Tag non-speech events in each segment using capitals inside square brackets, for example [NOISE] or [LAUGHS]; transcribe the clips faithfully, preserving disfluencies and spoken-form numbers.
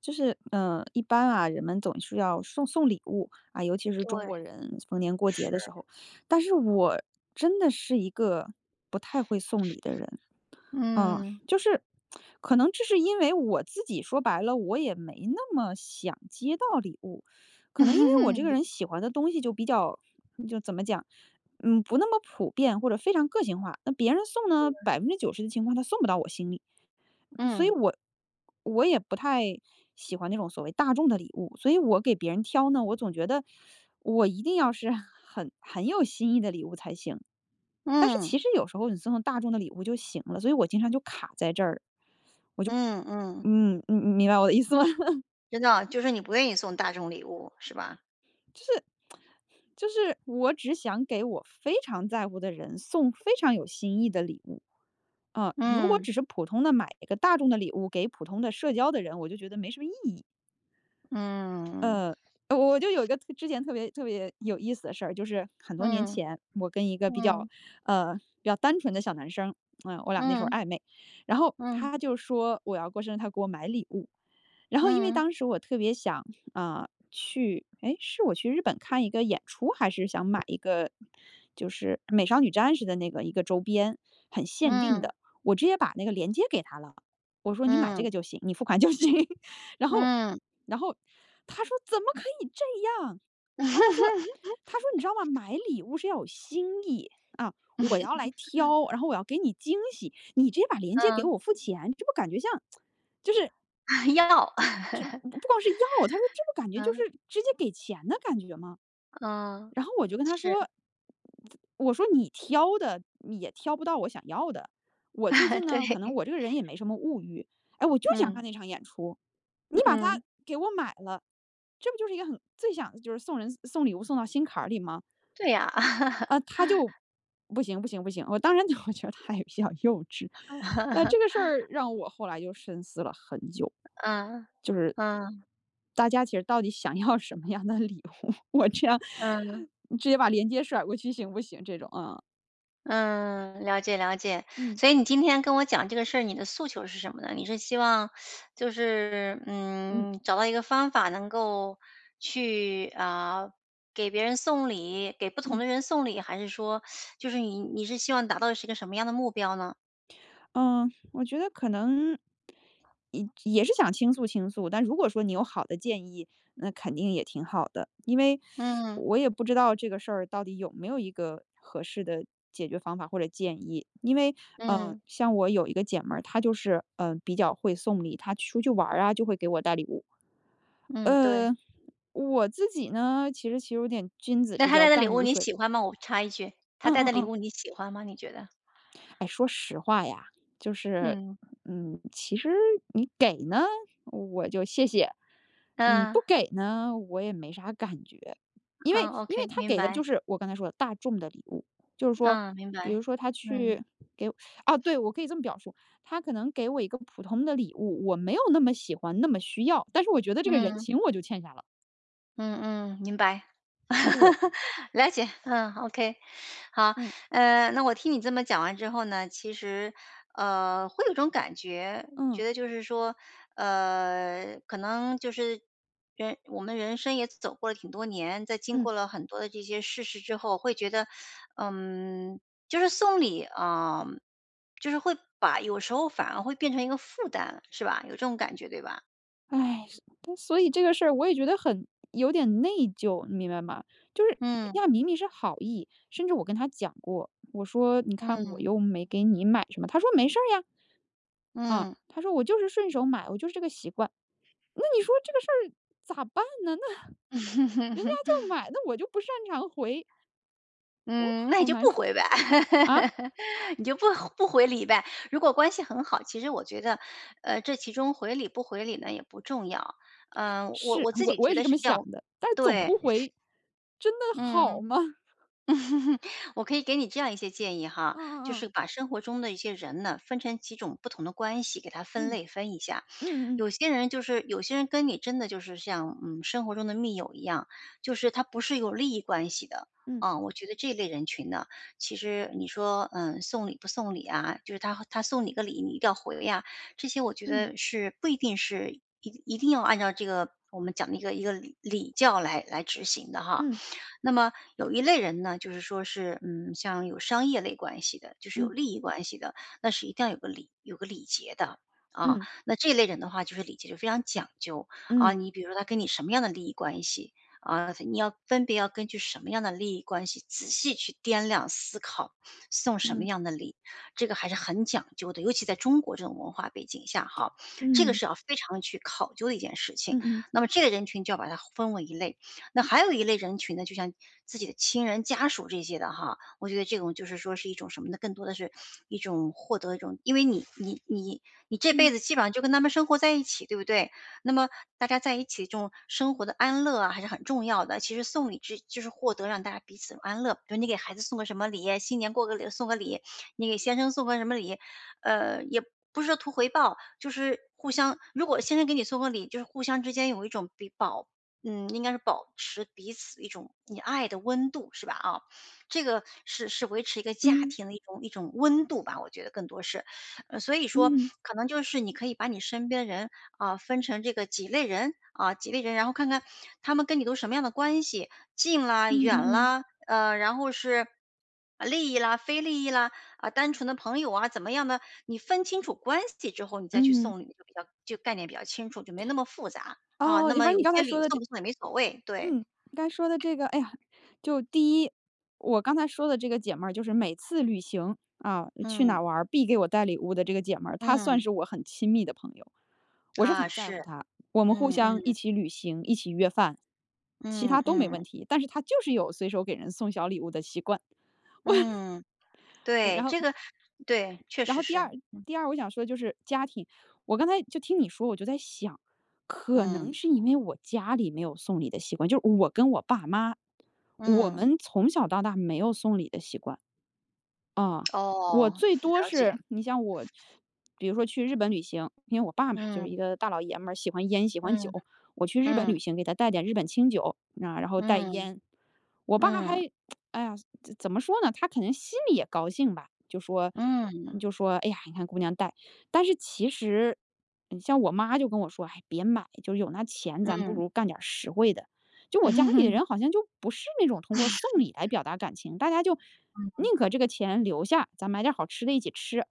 就是，嗯，一般啊，人们总是要送送礼物啊，尤其是中对，国人逢年过节是。的时候。但是我真的是一个不太会送礼的人，啊，嗯，就是可能这是因为我自己说白了，我也没那么想接到礼物，可能因为我这 [LAUGHS] 个理人喜欢的东西就比较，就怎么讲，嗯，不那么普遍或者非常个性化。那别人送嗯呢，百分之九十的情况他送不到我心里。所以我我也不太喜欢那种所谓大众的礼物，所以我给别人挑呢，我总觉得我一定要是 [LAUGHS] 很很有新意的礼物才行。但是其实有时候你送送大众的礼物就行了，所以我经常就卡在这儿。嗯嗯嗯。嗯，你你明白我的意思吗？[LAUGHS] 真的，就是你不愿意送大众礼物，是吧？就是就是我只想给我非常在乎的人送非常有新意的礼物。嗯，如果嗯，只是普通的买一个大众的礼物给普通的社交的人，我就觉得没什么意义。嗯，呃，我我就有一个特之前特别特别有意思的事儿，就是很多年嗯，前，我跟一个比较，嗯，呃，比较单纯的小男生，嗯，我俩那时候嗯，暧昧，然后嗯，他就说我要过生日，他给我买礼物，然后因为嗯，当时我特别想，啊、去，哎，是我去日本看一个演出，还是想买一个，就是美少女战士的那个一个周边，很限定嗯，的，我直接把那个链接给他了，我说你买嗯，这嗯。个就行，你付款就行，然后然后他说："怎么可以这样？"啊，他说 [LAUGHS] 他说："你知道吗？买礼物是要有心意，啊，我要来挑，然后我要给你惊喜，你直接把链接给嗯，我付钱，这不感觉像 [LAUGHS] 要。不不 [LAUGHS] 光是要，他说这不感觉就是嗯，直接给钱的感觉吗？"嗯。然后我就跟他是。说，我说你挑的也挑不到我想要的。我最近 [LAUGHS] 对，呢，可能我这个人也没什么物欲，哎，我就想嗯，看那场演出，你把它嗯。给我买了，这不就是一个很最想就是送人送礼物送到心坎儿里吗？对呀。啊、他就不行不行不行，我当然 [LAUGHS] 我觉得他也比较幼稚。那这个 [LAUGHS] 事儿让我后来就深思了很久，嗯，就是嗯，大家其实到底想要什么样的礼物？[LAUGHS] 我这样嗯。直接把链接甩过去行不行？这种啊，嗯，了解了解。嗯所以你今天跟我讲这个事儿，你的诉求是什么呢？你是希望就是，嗯嗯，找到一个方法能够去啊，给别人送礼，给不同嗯。的人送礼，还是说就是你你是希望达到是一个什么样的目标呢？嗯，我觉得可能也也是想倾诉倾诉，但如果说你有好的建议，那肯定也挺好的。因为嗯我也不知道这个事儿到底有没有一个合适的解决方法或者建议。因为，嗯，嗯像我有一个姐们儿，她就是，嗯比较会送礼，她出去玩儿啊，就会给我带礼物。嗯，对。呃，我自己呢，其实其实有点君子那之他交带的礼淡物如你水。喜欢吗？我插一句，他嗯带嗯的礼嗯。物你喜欢吗？你觉得？哎，说实话呀，就是，嗯嗯，其实你给呢，我就谢谢；你不嗯给呢，我也没啥感觉。因为嗯因为，OK，他明给的就白。是我刚才说的大众的礼物，就是说，嗯，明比白。如说他嗯去给我啊，对，我可以这么表述，他可能给我一个普通的礼物，我没有那么喜欢，那么需要，但是我觉得这个人嗯。情我就欠下了。嗯嗯，明白，对，[LAUGHS] 了解，嗯，OK，好，嗯呃，那我听你这么讲完之后呢，其实，呃，会有种感觉，觉嗯得就是说，呃，可能就是人我们人生也走过了挺多年，在经嗯。过了很多的这些世事实之后，会觉得，嗯，就是送礼啊，呃就是会把有时候反而会变成一个负担，是吧？有这种感觉，对吧？唉，但所以这个事儿我也觉得很有点内疚，你明白吗？就是人嗯家明明是好意，甚至我跟他讲过，我说："你看我嗯又没给你买什么。"他说："没事儿呀。"啊，嗯。他说："我就是顺手买，我就是这个习惯。"那你说这个事儿咋办呢？那人家 [LAUGHS] 就买，那我就不擅长回，我嗯，那你好就难不受回呗，啊！[LAUGHS] 你就不不回礼呗。如果关系很好，其实我觉得，呃，这其中回礼不回礼呢也不重要。嗯，我是我自我己我觉也是得这是么这想样，的，但是总对，不回，真的好嗯。吗？[LAUGHS] [LAUGHS] 我可以给你这样一些建议哈，就嗯是把生活中的一些人呢，分成几种不同的关系，给他分嗯类分一下。嗯嗯有些人就是有些人跟你真的就是像嗯生活中的密友一样，就是他不是有利益关系的。嗯啊、我觉得这类人群呢，其实你说，嗯，送礼不送礼啊，就是他他送你个礼，你一定要回呀、这些我觉嗯得是不一定是一一定要按照这个我们讲的一个一个礼礼教来来执行嗯的哈。嗯嗯那么有一类人呢，就是说是，嗯，像有商业类关系的，就是嗯有嗯利益关系的，那是一定要有个礼有个礼节的，啊。嗯。那这类人的话，就是礼节就非常讲究，啊，嗯，你比如说他跟你什么样的利益关系，啊，你要分别要根据什么样的利益关系，仔细去掂量思考，送什么嗯，样的礼，这个还是很讲究的。尤其在中国这种文化背景下哈，这个嗯，是要非常去考究的一件事情。嗯嗯，那么这类人群就要把它分为一类。那还有一类人群呢，就像自己的亲人、家属这些的哈，我觉得这种就是说是一种什么呢？更多的是一种获得一种，因为你你你你这辈嗯，子基本上就跟他们生活在一起，对不对？那么大家在一起这种生活的安乐啊，还是很重要的。其实送礼之就是获得让大家彼此安乐，比如你给孩子送个什么礼，新年过个礼送个礼，你给先生送个什么礼，呃，也不是说图回报，就是互相。如果先生给你送个礼，就是互相之间有一种比保嗯，应该是保持彼此一种你爱的温度，是吧？啊，这个是是维持一个家嗯，庭的一种一种温度吧，我觉得更多是，呃，所以说嗯，可能就是你可以把你身边人啊、分成这个几类人啊、几类人，然后看看他们跟你都什么样的关系，近啦、嗯远嗯嗯，啦，呃，然后是啊利益啦、非利益啦啊、单纯的朋友啊，怎么样的？你分清楚关系之后，你再去嗯。送礼就比较就概念比较清楚，就没那么复杂。啊，哦，那你么反正有你刚些才说礼的送这不送也没所谓，对，嗯，你刚才说的这个，哎呀，就第一，我刚才说的这个姐们儿，就是每次旅行，啊，去嗯哪玩儿必给我带礼物的这个姐们儿，她算嗯，是我很亲密的朋友。我是啊，很在是，乎她，我们互嗯相一嗯起旅行，一起约饭，其嗯他都没嗯问题，但是她就是有随手给人送小礼物的习惯，嗯，呃对，然后这个对，确然实后第是，二第二我想说的就是家庭，我刚才就听你说，我就在想，可能嗯是因为我家里没有送礼的习惯，就是我跟我爸妈，我嗯，们从小到大没有送礼的习惯。啊，我哦，最多了解，是你像我，比如说去日本旅行，因为我爸嘛就是嗯一个大老爷们儿，喜欢烟，喜欢嗯酒。我去日本嗯旅行，给他带点日本清酒，啊，然后带嗯烟。我爸嗯还，哎呀，怎怎么说呢？他肯定心里也高兴吧，就说，嗯就说，哎呀，你看姑娘带。但是其实，你像我妈就跟我说，哎，别买，就是有那钱，咱不嗯 如干点实惠的。就我家里的人好 [LAUGHS] 像就不是那种通过送礼来表达感情，大家就宁可这个钱留下，咱买点好吃的一起吃，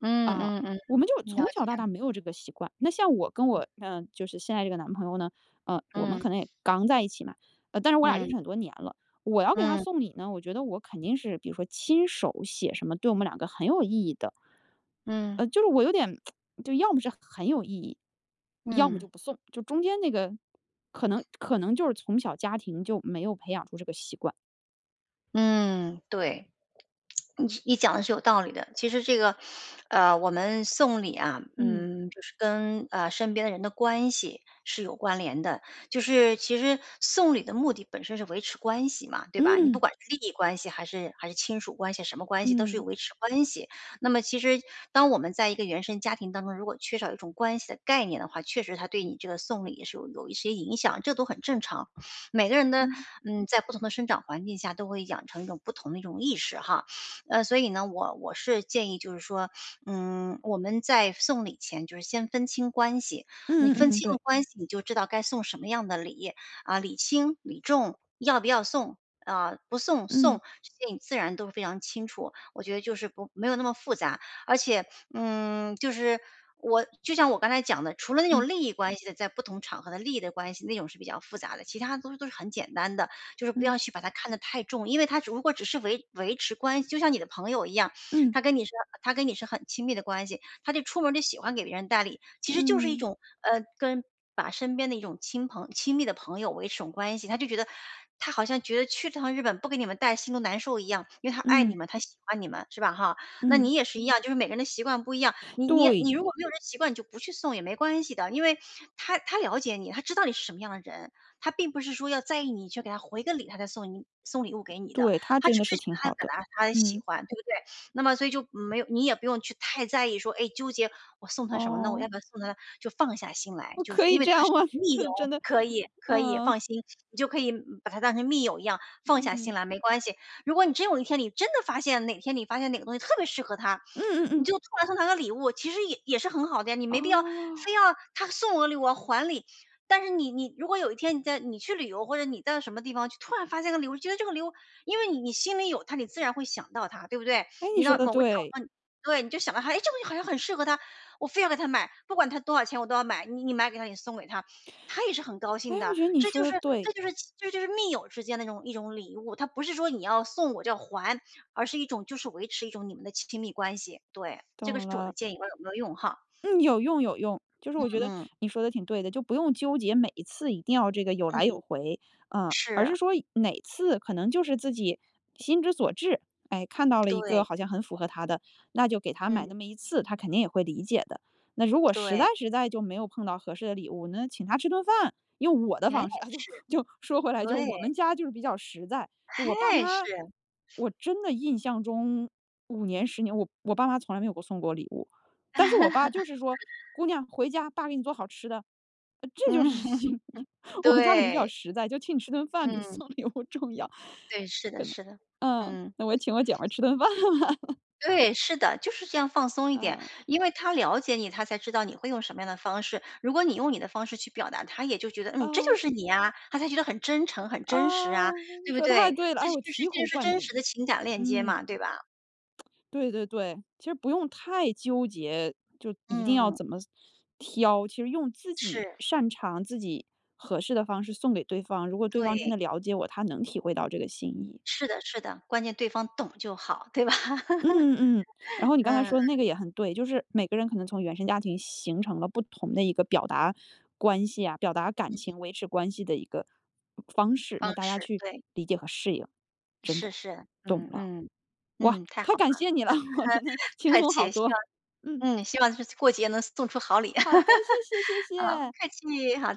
嗯啊，嗯嗯我们就嗯，了从小到解，大没有这个习惯。那像我跟我嗯、呃就是现在这个男朋友呢，呃，我们嗯可能也刚在一起嘛，呃，但是我俩认嗯识很多年了。我要给他嗯送礼呢，我觉得我肯定是，比如说亲手写什么，对我们两个很有意义的。嗯呃，就是我有点，[TSK] 就要么是很有意义，要么嗯就不送，就中间那个，可能可能就是从小家庭就没有培养出这个习惯。嗯，对。你你讲的是有道理的。其实这个，呃，我们送礼啊，嗯嗯，就是跟呃身边的人的关系是有关联的。就是其实送礼的目的本身是维持关系嘛，对吧？你不嗯管是利益关系还是还是亲属关系，什么关系都是有嗯维持关系。那么其实当我们在一个原生家庭当中，如果缺少一种关系的概念的话，确实它对你这个送礼也是有有一些影响，这都很正常。每个人的嗯嗯，在不同的生长环境下都会养成一种不同的一种意识哈。呃，所以呢，我我是建议就是说，嗯，我们在送礼前就是先分清关系，你嗯嗯分嗯，清了对，关系，你就知道该送什么样的礼啊，礼轻礼重，要不要送。啊、不送送嗯这些你自然都是非常清楚，我觉得就是不没有那么复杂，而且嗯，就是我就像我刚才讲的，除了那嗯种嗯利益关系的，在不同场合的利益的关系那种是比较复杂的，其他都是都是很简单的。就是不嗯。要去把它看得太重，因为他如果只是维维持关系，就像你的朋友一样，嗯他跟你是他跟你是很亲密的关系，他就出门就喜欢给别人带礼，其实就是一嗯，种呃跟把身边的一种亲朋亲密的朋友维持种关系，他就觉得他好像觉得去趟日本不给你们带心都难受一样，因为他爱你嗯，们，他喜欢你们，是吧？哈，那嗯，你也是一样，就是每个人的习惯不一样，你你对，你如果没有这习惯，你就不去送也没关系的，因为他他了解你，他知道你是什么样的人，他并不是说要在意你去给他回个礼，他才送你送礼物给你的，对，他他真只的是是觉得挺他好表的。达他的喜嗯，欢，对不对？那么所以就没有你也不用去太在意说，哎，纠结我送他什么呢？我哦，要不要送他？就放下心来，我就是可因以为这他样是吗？你 [LAUGHS] 密就友，是真的，可以可以嗯，放心，你就可以嗯把他当成密友一样放下心嗯，来，没关系。如果你真有一天你真的发现哪天你发现哪个东西特别适合他，嗯嗯你嗯，就突然送他个礼物，其实也也是很好的呀。你没必要非哦，要他送我礼物我还礼，但是你你如果有一天你在你去旅游，或者你到什么地方去，突然发现个礼物，觉得这个礼物，因为你你心里有它，你自然会想到它，对不对？哎，你你说到的某个场对，合你对，你就想到它，哎，这个好像很适合他，我非要给他买，不管他多少钱我都要买。你你买给他，你送给他，他也是很高哎，兴我的。觉得你这说就的是这对，就是这就是密友之间的那种一种礼物，它不是说你要送我就要还，而是一种就是维持一种你们的亲密关系。对，这个是懂我的了。建议，不知道有没有用哈？嗯，有用有用，就是我嗯觉得嗯你说的挺对的，就不用纠结每一次一定要这个有来有嗯，回，嗯，而是，是说哪次可能就是自己心之所至，哎，看到了一个对，好像很符合他的，那就给他买那嗯么一次，他肯定也会理解的。那如果实在对。实在就没有碰到合适的礼物，那请他吃顿饭，用我的哎，方式啊，[LAUGHS] 就是，就说回来，就是对，我们家就是比较实在，就我爸哎，是，妈，我真的印象中五年十年，我我爸妈从来没有给我送过礼物。但是我爸就是说："姑娘回家，爸给你做好吃的。"呃这嗯，就是 [LAUGHS] [LAUGHS] 心意。[LAUGHS] 我们家可能比较对，实在，就请你吃顿饭比嗯，送礼物重要。对，是的是的。嗯，嗯，那我也请我姐们儿吃顿饭吧。对，是的，就是这样放松 [LAUGHS] 一点，嗯，因为他了解你，他才知道你会用什么样的方式。如果你用你的方式去表达，他也就觉得，嗯，这啊，就是你啊，他才觉得很真诚、很啊，真实啊，对不说太对？对了，这哎，我就是醍这就醐是灌真实顶。的情感链接嗯，嘛，对吧？对对对，其实不用太纠结，就一定要嗯，怎么挑，其实用自己是，擅长、自己合适的方式送给对方，如果对方真对，的了解我，他能体会到这个心意。是的是的，关键对方懂就好，对吧？嗯 [LAUGHS] 嗯嗯然后你刚才嗯，说的那个也很对，就是每个人可能从原生家庭形成了不同的一个表达关系啊，表达感情、维持关系的一个方式，方那大家式，去对，理解和适应，真是的是，懂嗯了，嗯。哇，嗯，太太好感了，谢你了，[LAUGHS] 我真的不轻客松好气，希多。望嗯，嗯，希望就是过节能送出好礼。好 [LAUGHS] 的，谢谢谢啊，不谢。客气，好